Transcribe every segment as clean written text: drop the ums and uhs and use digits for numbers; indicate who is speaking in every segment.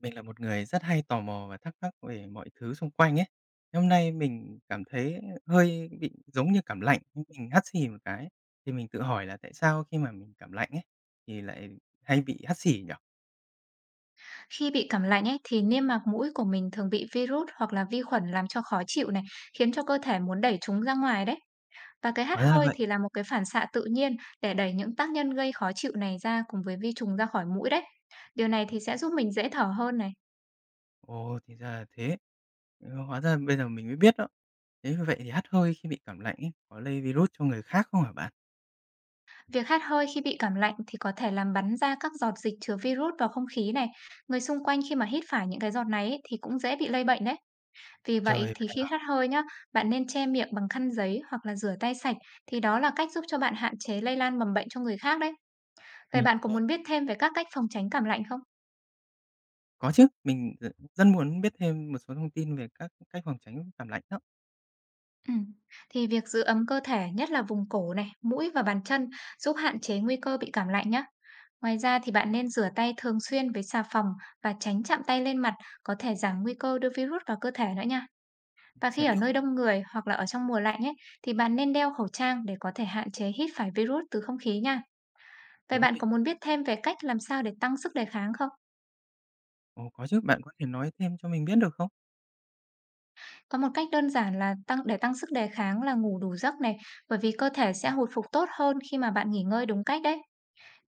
Speaker 1: Mình là một người rất hay tò mò và thắc mắc về mọi thứ xung quanh ấy. Hôm nay mình cảm thấy hơi bị giống như cảm lạnh, nhưng mình hắt xì một cái, thì mình tự hỏi là tại sao khi mà mình cảm lạnh ấy, thì lại hay bị hắt xì nhỉ?
Speaker 2: Khi bị cảm lạnh ấy thì niêm mạc mũi của mình thường bị virus hoặc là vi khuẩn làm cho khó chịu này, khiến cho cơ thể muốn đẩy chúng ra ngoài đấy. Và cái hắt
Speaker 1: Hóa ra là
Speaker 2: hơi
Speaker 1: vậy.
Speaker 2: thì là một cái phản xạ tự nhiên để đẩy những tác nhân gây khó chịu này ra cùng với vi trùng ra khỏi mũi đấy. Điều này thì sẽ giúp mình dễ thở hơn này.
Speaker 1: Ồ, thì ra là thế. Ừ, hóa ra bây giờ mình mới biết đó. Thế vì vậy thì hắt hơi khi bị cảm lạnh ấy, có lây virus cho người khác không hả bạn?
Speaker 2: Việc hắt hơi khi bị cảm lạnh thì có thể làm bắn ra các giọt dịch chứa virus vào không khí này. Người xung quanh khi mà hít phải những cái giọt này ấy, thì cũng dễ bị lây bệnh đấy. Vì
Speaker 1: Trời,
Speaker 2: vậy thì
Speaker 1: vậy
Speaker 2: khi
Speaker 1: hả?
Speaker 2: hắt hơi nhá, bạn nên che miệng bằng khăn giấy hoặc là rửa tay sạch thì đó là cách giúp cho bạn hạn chế lây lan mầm bệnh cho người khác đấy. Vậy
Speaker 1: Mình
Speaker 2: bạn có muốn biết thêm về các cách phòng tránh cảm lạnh không?
Speaker 1: có chứ. Mình rất muốn biết thêm một số thông tin về các cách phòng tránh cảm lạnh đó.
Speaker 2: Ừ. Thì việc giữ ấm cơ thể, nhất là vùng cổ này, mũi và bàn chân giúp hạn chế nguy cơ bị cảm lạnh nhé. Ngoài ra thì bạn nên rửa tay thường xuyên với xà phòng và tránh chạm tay lên mặt, có thể giảm nguy cơ đưa virus vào cơ thể nữa nha.
Speaker 1: Mình
Speaker 2: Và
Speaker 1: sẽ
Speaker 2: khi ở
Speaker 1: lưu
Speaker 2: nơi đông người hoặc là ở trong mùa lạnh ấy thì bạn nên đeo khẩu trang để có thể hạn chế hít phải virus từ không khí nha. Vậy
Speaker 1: đúng.
Speaker 2: bạn có muốn biết thêm về cách làm sao để tăng sức đề kháng không?
Speaker 1: Ồ, có chứ, bạn có thể nói thêm cho mình biết được không?
Speaker 2: Có một cách đơn giản là tăng để tăng sức đề kháng là ngủ đủ giấc này, bởi vì cơ thể sẽ hồi phục tốt hơn khi mà bạn nghỉ ngơi đúng cách đấy.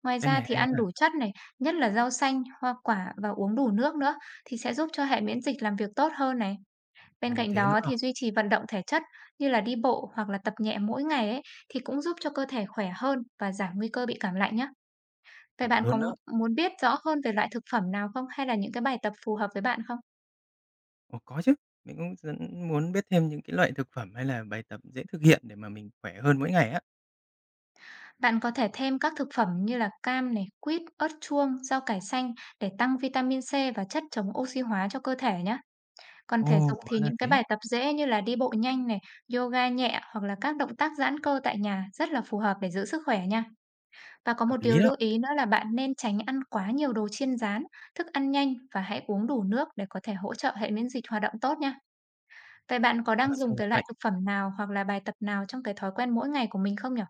Speaker 2: Ngoài
Speaker 1: Cách
Speaker 2: ra
Speaker 1: này
Speaker 2: thì
Speaker 1: hay
Speaker 2: ăn
Speaker 1: ha.
Speaker 2: đủ chất này, nhất là rau xanh, hoa quả và uống đủ nước nữa thì sẽ giúp cho hệ miễn dịch làm việc tốt hơn này. Bên
Speaker 1: Ồ,
Speaker 2: cạnh
Speaker 1: thế nữa
Speaker 2: đó
Speaker 1: à?
Speaker 2: thì duy trì vận động thể chất như là đi bộ hoặc là tập nhẹ mỗi ngày ấy thì cũng giúp cho cơ thể khỏe hơn và giảm nguy cơ bị cảm lạnh nhé. Vậy
Speaker 1: Chuẩn
Speaker 2: bạn có
Speaker 1: luôn đó.
Speaker 2: muốn biết rõ hơn về loại thực phẩm nào không, hay là những cái bài tập phù hợp với bạn không?
Speaker 1: Ồ, có chứ. Mình cũng rất muốn biết thêm những cái loại thực phẩm hay là bài tập dễ thực hiện để mà mình khỏe hơn mỗi ngày á.
Speaker 2: Bạn có thể thêm các thực phẩm như là cam này, quýt, ớt chuông, rau cải xanh để tăng vitamin C và chất chống oxy hóa cho cơ thể nhé. Còn thể
Speaker 1: Ồ,
Speaker 2: dục
Speaker 1: hóa
Speaker 2: thì
Speaker 1: ra
Speaker 2: những cái
Speaker 1: thế.
Speaker 2: bài tập dễ như là đi bộ nhanh này, yoga nhẹ hoặc là các động tác giãn cơ tại nhà rất là phù hợp để giữ sức khỏe nha. Và có
Speaker 1: Hợp
Speaker 2: một điều
Speaker 1: lý đó.
Speaker 2: lưu ý nữa là bạn nên tránh ăn quá nhiều đồ chiên rán, thức ăn nhanh, và hãy uống đủ nước để có thể hỗ trợ hệ miễn dịch hoạt động tốt nha. Vậy bạn có
Speaker 1: Ờ,
Speaker 2: đang
Speaker 1: sao
Speaker 2: dùng
Speaker 1: lại
Speaker 2: cái
Speaker 1: vậy?
Speaker 2: loại thực phẩm nào hoặc là bài tập nào trong cái thói quen mỗi ngày của mình không nhỉ?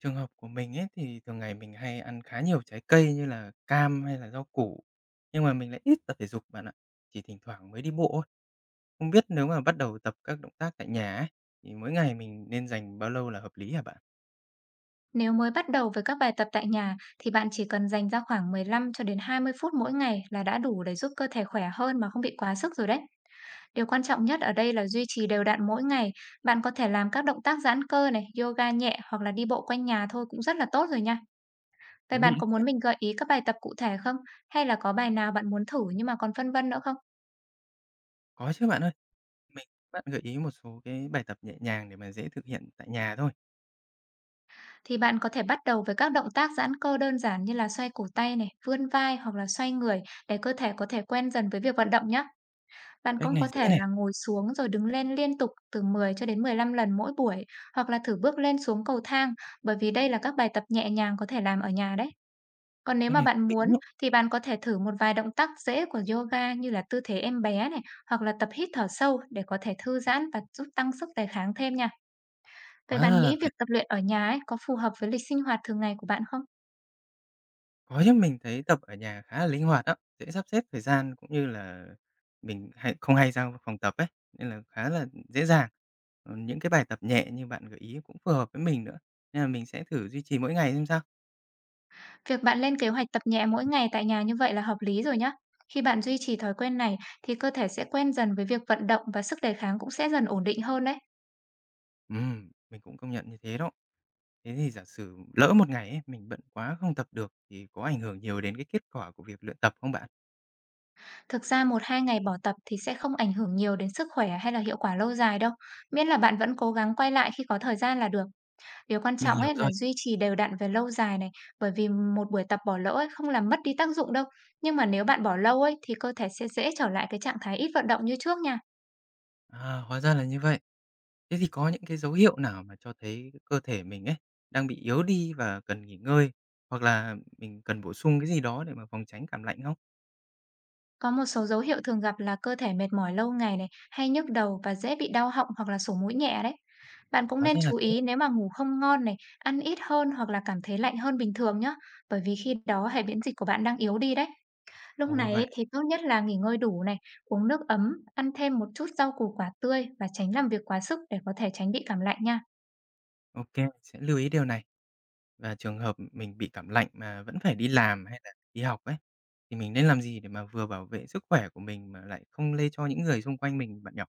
Speaker 1: Trường hợp của mình ấy thì thường ngày mình hay ăn khá nhiều trái cây như là cam hay là rau củ, nhưng mà mình lại ít tập thể dục bạn ạ. Chỉ thỉnh thoảng mới đi bộ thôi. Không biết nếu mà bắt đầu tập các động tác tại nhà ấy, thì mỗi ngày mình nên dành bao lâu là hợp lý hả bạn?
Speaker 2: Nếu mới bắt đầu với các bài tập tại nhà thì bạn chỉ cần dành ra khoảng 15 cho đến 20 phút mỗi ngày là đã đủ để giúp cơ thể khỏe hơn mà không bị quá sức rồi đấy. Điều quan trọng nhất ở đây là duy trì đều đặn mỗi ngày. Bạn có thể làm các động tác giãn cơ này, yoga nhẹ hoặc là đi bộ quanh nhà thôi cũng rất là tốt rồi nha.
Speaker 1: Thú
Speaker 2: Vậy
Speaker 1: vị
Speaker 2: bạn
Speaker 1: đấy
Speaker 2: có
Speaker 1: nha.
Speaker 2: muốn mình gợi ý các bài tập cụ thể không? Hay là có bài nào bạn muốn thử nhưng mà còn phân vân nữa không?
Speaker 1: Có chứ bạn ơi. Mình bạn gợi ý một số cái bài tập nhẹ nhàng để mà dễ thực hiện tại nhà thôi.
Speaker 2: Thì bạn có thể bắt đầu với các động tác giãn cơ đơn giản như là xoay cổ tay này, vươn vai hoặc là xoay người để cơ thể có thể quen dần với việc vận động nhé. Bạn
Speaker 1: Cách
Speaker 2: cũng
Speaker 1: này
Speaker 2: có
Speaker 1: dễ
Speaker 2: thể
Speaker 1: này,
Speaker 2: là ngồi xuống rồi đứng lên liên tục từ 10 cho đến 15 lần mỗi buổi, hoặc là thử bước lên xuống cầu thang, bởi vì đây là các bài tập nhẹ nhàng có thể làm ở nhà đấy. Còn nếu
Speaker 1: cách
Speaker 2: mà
Speaker 1: này thú
Speaker 2: bạn
Speaker 1: vị
Speaker 2: muốn
Speaker 1: lắm.
Speaker 2: thì bạn có thể thử một vài động tác dễ của yoga như là tư thế em bé này, hoặc là tập hít thở sâu để có thể thư giãn và giúp tăng sức đề kháng thêm nha. Vậy
Speaker 1: Hóa
Speaker 2: bạn
Speaker 1: ra là
Speaker 2: nghĩ
Speaker 1: vậy.
Speaker 2: việc tập luyện ở nhà ấy có phù hợp với lịch sinh hoạt thường ngày của bạn không?
Speaker 1: Có chứ, mình thấy tập ở nhà khá là linh hoạt á, dễ sắp xếp thời gian cũng như là mình hay không hay ra phòng tập ấy, nên là khá là dễ dàng. Ờ, những cái bài tập nhẹ như bạn gợi ý cũng phù hợp với mình nữa, nên là mình sẽ thử duy trì mỗi ngày xem sao.
Speaker 2: Việc bạn lên kế hoạch tập nhẹ mỗi ngày tại nhà như vậy là hợp lý rồi nhá. Khi bạn duy trì thói quen này thì cơ thể sẽ quen dần với việc vận động, và sức đề kháng cũng sẽ dần ổn định hơn đấy.
Speaker 1: Mình cũng công nhận như thế đó. Thế thì giả sử lỡ một ngày ấy, mình bận quá không tập được thì có ảnh hưởng nhiều đến cái kết quả của việc luyện tập không bạn?
Speaker 2: Thực ra một hai ngày bỏ tập thì sẽ không ảnh hưởng nhiều đến sức khỏe hay là hiệu quả lâu dài đâu. Miễn là bạn vẫn cố gắng quay lại khi có thời gian là được. Điều quan
Speaker 1: Mình
Speaker 2: trọng
Speaker 1: hiểu
Speaker 2: ấy là
Speaker 1: rồi.
Speaker 2: duy trì đều đặn về lâu dài này, bởi vì một buổi tập bỏ lỡ ấy không làm mất đi tác dụng đâu. Nhưng mà nếu bạn bỏ lâu ấy thì cơ thể sẽ dễ trở lại cái trạng thái ít vận động như trước nha.
Speaker 1: À, hóa ra là như vậy. Thế thì có những cái dấu hiệu nào mà cho thấy cơ thể mình ấy đang bị yếu đi và cần nghỉ ngơi, hoặc là mình cần bổ sung cái gì đó để mà phòng tránh cảm lạnh không?
Speaker 2: Có một số dấu hiệu thường gặp là cơ thể mệt mỏi lâu ngày này, hay nhức đầu và dễ bị đau họng hoặc là sổ mũi nhẹ đấy. Bạn cũng
Speaker 1: Hóa
Speaker 2: nên
Speaker 1: ra là
Speaker 2: chú
Speaker 1: thế.
Speaker 2: ý nếu mà ngủ không ngon này, ăn ít hơn hoặc là cảm thấy lạnh hơn bình thường nhé, bởi vì khi đó hệ miễn dịch của bạn đang yếu đi đấy. Lúc
Speaker 1: Ồ
Speaker 2: này
Speaker 1: vậy,
Speaker 2: ấy,
Speaker 1: à?
Speaker 2: thì tốt nhất là nghỉ ngơi đủ này, uống nước ấm, ăn thêm một chút rau củ quả tươi và tránh làm việc quá sức để có thể tránh bị cảm lạnh nha.
Speaker 1: Ok kê, sẽ lưu ý điều này. Và trường hợp mình bị cảm lạnh mà vẫn phải đi làm hay là đi học ấy, thì mình nên làm gì để mà vừa bảo vệ sức khỏe của mình mà lại không lây cho những người xung quanh mình bạn nhỏ.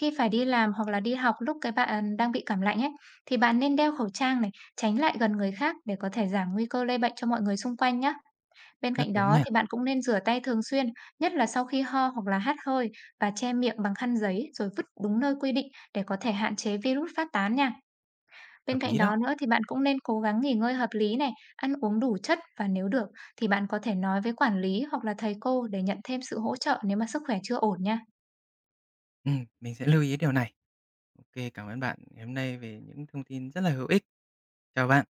Speaker 2: Khi phải đi làm hoặc là đi học lúc cái bạn đang bị cảm lạnh ấy, thì bạn nên đeo khẩu trang này, tránh lại gần người khác để có thể giảm nguy cơ lây bệnh cho mọi người xung quanh nhé. Bên
Speaker 1: Rất
Speaker 2: cạnh
Speaker 1: đúng
Speaker 2: đó
Speaker 1: nha,
Speaker 2: thì bạn cũng nên rửa tay thường xuyên, nhất là sau khi ho hoặc là hắt hơi, và che miệng bằng khăn giấy rồi vứt đúng nơi quy định để có thể hạn chế virus phát tán nha. Bên
Speaker 1: hợp
Speaker 2: cạnh
Speaker 1: lý đó.
Speaker 2: đó nữa thì bạn cũng nên cố gắng nghỉ ngơi hợp lý này, ăn uống đủ chất, và nếu được thì bạn có thể nói với quản lý hoặc là thầy cô để nhận thêm sự hỗ trợ nếu mà sức khỏe chưa ổn nha.
Speaker 1: Mình sẽ lưu ý điều này. Ok cảm ơn bạn ngày hôm nay về những thông tin rất là hữu ích. Chào bạn.